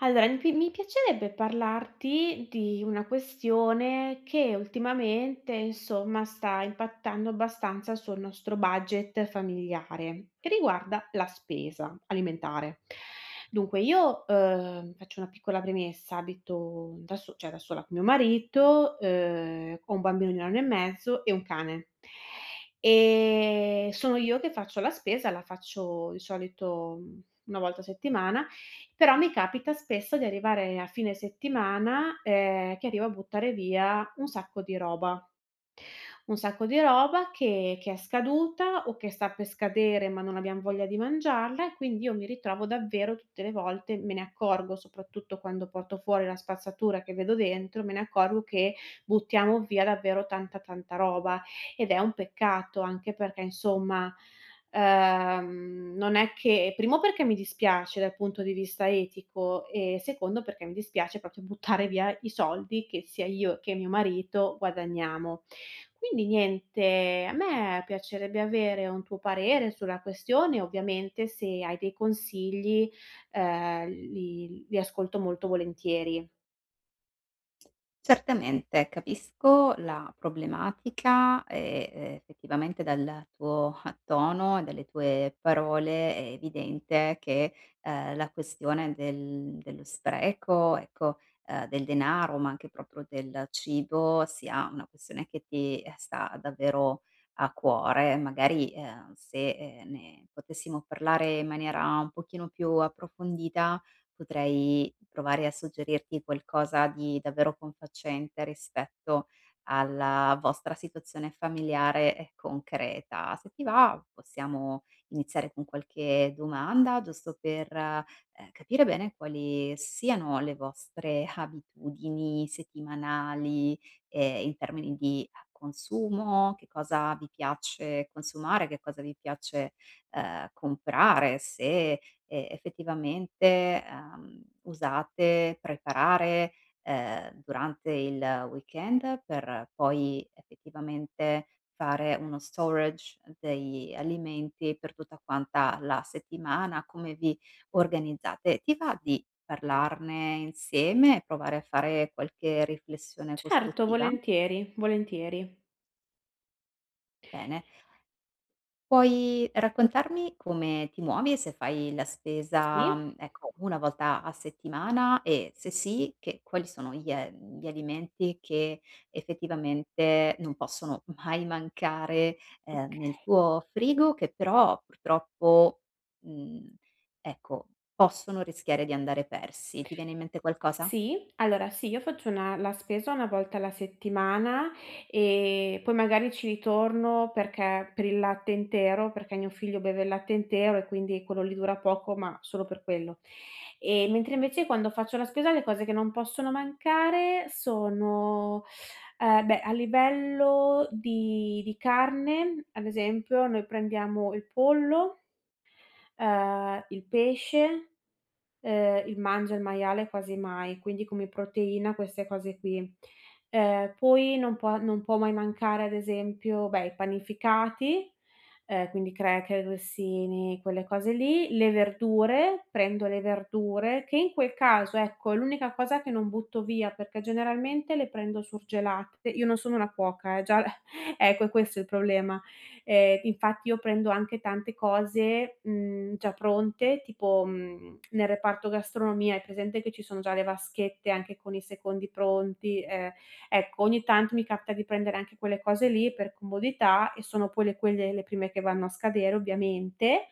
Allora, mi piacerebbe parlarti di una questione che ultimamente, insomma, sta impattando abbastanza sul nostro budget familiare e riguarda la spesa alimentare. Dunque io, faccio una piccola premessa, abito da so cioè da sola con mio marito, ho un bambino di 1 anno e mezzo e un cane. Sono io che faccio la spesa, la faccio di solito, 1 volta a settimana, però mi capita spesso di arrivare a fine settimana, che arrivo a buttare via un sacco di roba. Un sacco di roba che è scaduta o che sta per scadere, ma non abbiam voglia di mangiarla e quindi io mi ritrovo davvero tutte le volte, me ne accorgo soprattutto quando porto fuori la spazzatura che vedo dentro, me ne accorgo che buttiamo via davvero tanta, tanta roba ed è un peccato anche perché insomma, non è che primo perché mi dispiace dal punto di vista etico e secondo perché mi dispiace proprio buttare via i soldi che sia io che mio marito guadagniamo. Quindi niente, a me piacerebbe avere un tuo parere sulla questione, ovviamente se hai dei consigli, li ascolto molto volentieri. Certamente, capisco la problematica e, effettivamente dal tuo tono e dalle tue parole è evidente che, la questione dello spreco, ecco, del denaro, ma anche proprio del cibo sia una questione che ti, sta davvero a cuore. Magari, se, ne potessimo parlare in maniera un pochino più approfondita potrei provare a suggerirti qualcosa di davvero confacente rispetto alla vostra situazione familiare e concreta. Se ti va, possiamo iniziare con qualche domanda, giusto per capire bene quali siano le vostre abitudini settimanali in termini di consumo, che cosa vi piace consumare, che cosa vi piace comprare, se effettivamente, usate, preparare, durante il weekend per poi effettivamente fare uno storage degli alimenti per tutta quanta la settimana, come vi organizzate? Ti va di parlarne insieme e provare a fare qualche riflessione Certo, costruttiva? volentieri, volentieri. Bene. Puoi raccontarmi come ti muovi e se fai la spesa, Sì? Ecco, 1 volta a settimana e, se sì, che quali sono gli alimenti che effettivamente non possono mai mancare, Oka nel tuo frigo che però purtroppo, mhmm, ecco, possono rischiare di andare persi. Ti viene in mente qualcosa? Sì, allora sì, io faccio una la spesa una volta alla settimana e poi magari ci ritorno perché per il latte intero, perché mio figlio beve il latte intero e quindi quello lì dura poco, ma solo per quello. E mentre invece quando faccio la spesa le cose che non possono mancare sono, beh, a livello di carne, ad esempio, noi prendiamo il pollo, il pesce. Il mangio il maiale quasi mai, quindi come proteina queste cose qui. Poi non può mai mancare ad esempio, beh, i panificati, quindi cracker, grissini, quelle cose lì, le verdure, prendo le verdure, che in quel caso, ecco, è l'unica cosa che non butto via, perché generalmente le prendo surgelate. Io non sono una cuoca già ecco è questo è il problema. Infatti io prendo anche tante cose, già pronte, tipo, nel reparto gastronomia hai presente che ci sono già le vaschette anche con i secondi pronti? Ecco, ogni tanto mi capita di prendere anche quelle cose lì per comodità e sono poi le quelle le prime che vanno a scadere ovviamente.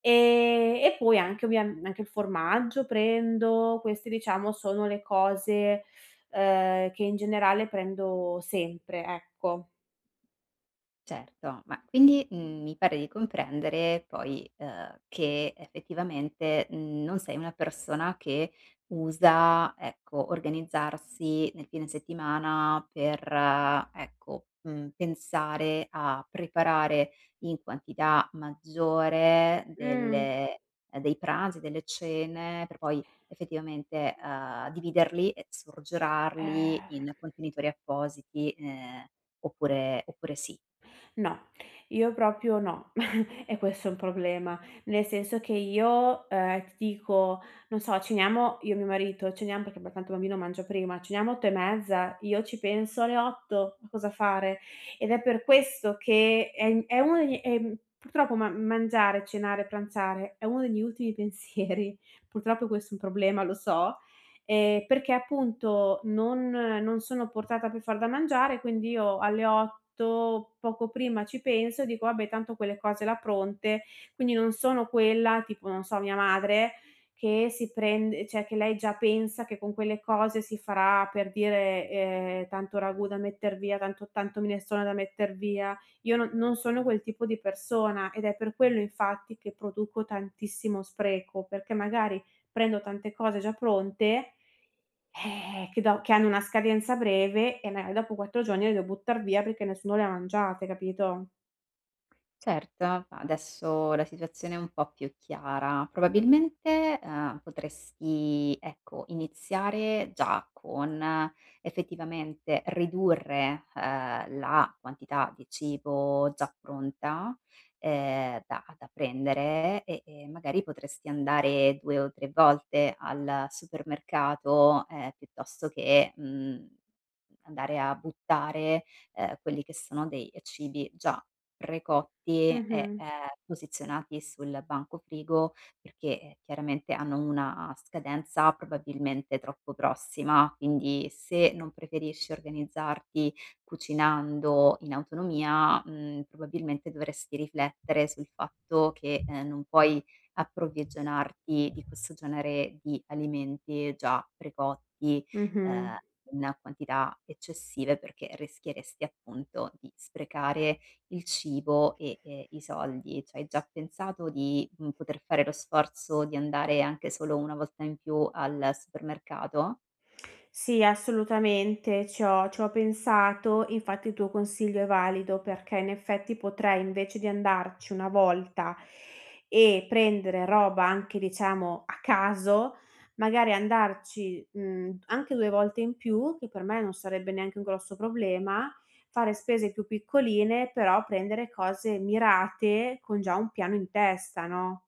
E poi anche il formaggio prendo, queste diciamo sono le cose, che in generale prendo sempre, ecco. Certo, ma quindi, mi pare di comprendere poi, che effettivamente, non sei una persona che usa, ecco, organizzarsi nel fine settimana per, ecco, pensare a preparare in quantità maggiore Mh. delle dei pranzi, delle cene per poi effettivamente, dividerli e Ehm, surgelarli in contenitori appositi, oppure sì. no, io proprio no. E questo è un problema, nel senso che io, ti dico, non so, ceniamo io e mio marito, ceniam perché b tanto il bambino mangia prima, ceniamo 8 e mezza, io ci penso alle 8 a cosa fare, ed è per questo che è uno degli purtroppo ma mangiare, cenare, pranzare è uno degli ultimi pensieri. Purtroppo questo è un problema, lo so. Perché appunto non sono portata per far da mangiare, quindi io alle 8, poco prima ci penso e dico: "Vabbè tanto quelle cose là pronte", quindi non sono quella tipo, non so, mia madre che si prende cioè che lei già pensa che con quelle cose si farà per dire, tanto ragù da metter via, tanto minestrone da metter via. Io non sono quel tipo di persona ed è per quello infatti che produco tantissimo spreco, perché magari prendo tante cose già pronte, che hanno una scadenza breve e magari dopo 4 giorni le devo buttar via perché nessuno le ha mangiate, capito? Certo, adesso la situazione è un po' più chiara. Probabilmente, potresti, ecco, iniziare già con effettivamente ridurre, la quantità di cibo già pronta, da prendere e magari potresti andare 2 o 3 volte al supermercato, piuttosto che, andare a buttare, quelli che sono dei cibi già precotti e, Mh-mh. Posizionati sul banco frigo perché, chiaramente hanno una scadenza probabilmente troppo prossima, quindi se non preferisci organizzarti cucinando in autonomia, probabilmente dovresti riflettere sul fatto che, non puoi approvvigionarti di questo genere di alimenti già precotti, ehm, Mh-mh. in quantità eccessive perché rischieresti appunto di sprecare il cibo e, i soldi. Cioè hai già pensato di, poter fare lo sforzo di andare anche solo una volta in più al supermercato? Sì, assolutamente, ci ho pensato, infatti il tuo consiglio è valido perché in effetti potrei invece di andarci una volta e prendere roba anche diciamo a caso, magari andarci, anche 2 volte in più, che per me non sarebbe neanche un grosso problema, fare spese più piccoline, però prendere cose mirate con già un piano in testa, no?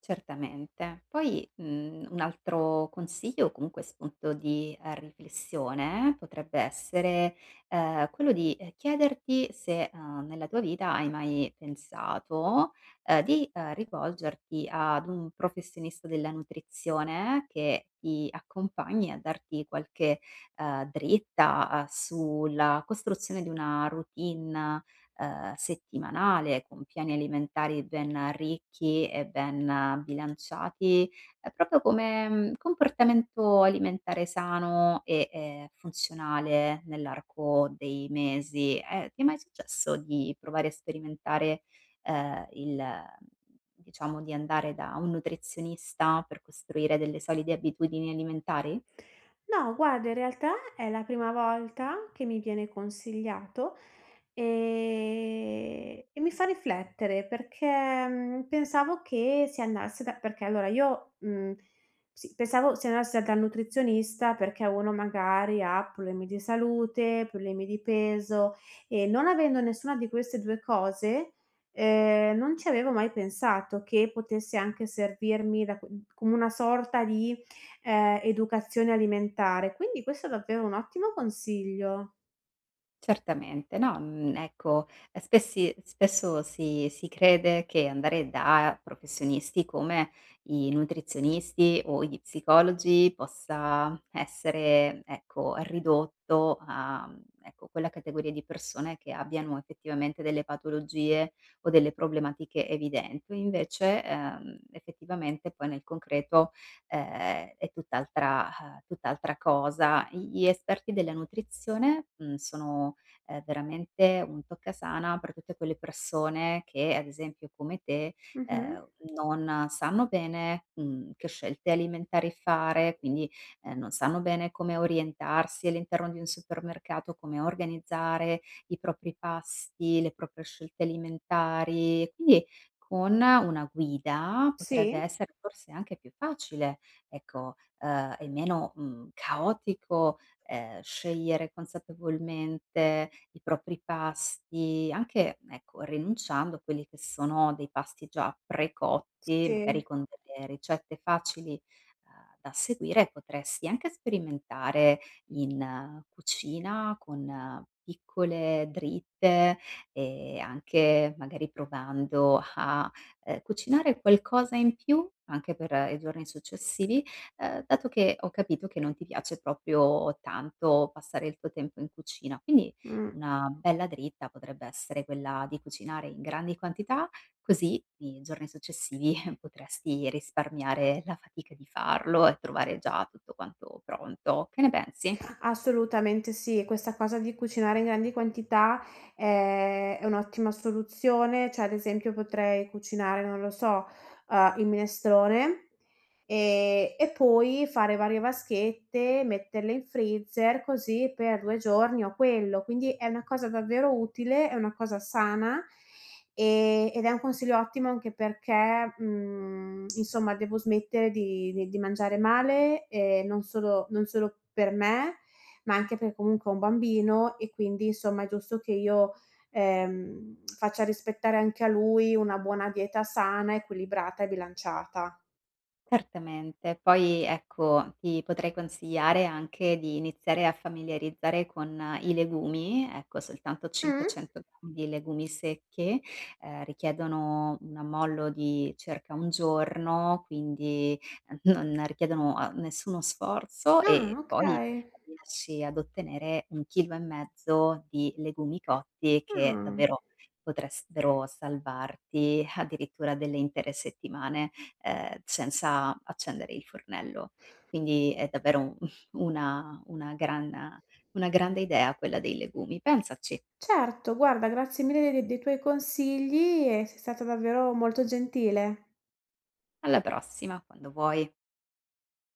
Certamente. Poi, un altro consiglio o comunque spunto di, riflessione potrebbe essere, quello di, chiederti se, nella tua vita hai mai pensato, di, rivolgerti ad un professionista della nutrizione che ti accompagni a darti qualche, dritta, sulla costruzione di una routine settimanale, con piani alimentari ben ricchi e ben bilanciati, proprio come, comportamento alimentare sano e, funzionale nell'arco dei mesi. Ti è mai successo di provare a sperimentare, il diciamo di andare da un nutrizionista per costruire delle solide abitudini alimentari? No, guarda, in realtà è la prima volta che mi viene consigliato, e mi fa riflettere perché, pensavo che si andasse da perché allora io, mhmm, sì, pensavo si andasse dal nutrizionista perché uno magari ha problemi di salute, problemi di peso e non avendo nessuna di queste 2 cose, non ci avevo mai pensato che potesse anche servirmi da co come una sorta di educazione alimentare, quindi questo è davvero un ottimo consiglio. Certamente, no, ecco, spessi spesso si crede che andare da professionisti come i nutrizionisti o gli psicologi possa essere, ecco, ridotto a, ecco, quella categoria di persone che abbiano effettivamente delle patologie o delle problematiche evidenti. Invece, effettivamente poi nel concreto, è tutt'altra cosa. Gli esperti della nutrizione, sono è veramente un toccasana per tutte quelle persone che, ad esempio come te, Mh-mh. ehm, non sanno bene, che scelte alimentari fare, quindi, non sanno bene come orientarsi all'interno di un supermercato, come organizzare i propri pasti, le proprie scelte alimentari. E quindi con una guida Sì, potrebbe essere forse anche più facile, ecco, e meno, caotico scegliere consapevolmente i propri pasti, anche, ecco, rinunciando a quelli che sono dei pasti già precotti, magari sì, con delle ricette facili, da seguire, potresti anche sperimentare in cucina con piccole dritte e anche magari provando a, cucinare qualcosa in più anche per i giorni successivi dato che ho capito che non ti piace proprio tanto passare il tuo tempo in cucina, quindi mh. una bella dritta potrebbe essere quella di cucinare in grandi quantità, così i giorni successivi potresti risparmiare la fatica di farlo e trovare già tutto quanto pronto. Che ne pensi? Assolutamente sì, questa cosa di cucinare in grandi quantità è è un'ottima soluzione, cioè ad esempio potrei cucinare, non lo so, il minestrone, e poi fare varie vaschette, metterle in freezer, così per 2 giorni ho quello. Quindi è una cosa davvero utile, è una cosa sana, ed è un consiglio ottimo anche perché, insomma devo smettere di mangiare male, non solo per me, ma anche perché comunque è un bambino e quindi insomma è giusto che io, faccia rispettare anche a lui una buona dieta sana, equilibrata e bilanciata. Certamente. Poi ecco, ti potrei consigliare anche di iniziare a familiarizzare con i legumi, ecco soltanto Mh? 500 grammi di legumi secchi, richiedono un ammollo di circa 1 giorno, quindi non richiedono a nessuno sforzo Ah, e poi okay. riesci ad ottenere 1,5 kg di legumi cotti che Ah, davvero potressero salvarti addirittura delle intere settimane senza accendere il fornello. Quindi è davvero un una una gran una grande idea quella dei legumi. Pensaci. certo, guarda grazie mille de dei tuoi consigli e sei stata davvero molto gentile. Alla prossima, quando vuoi.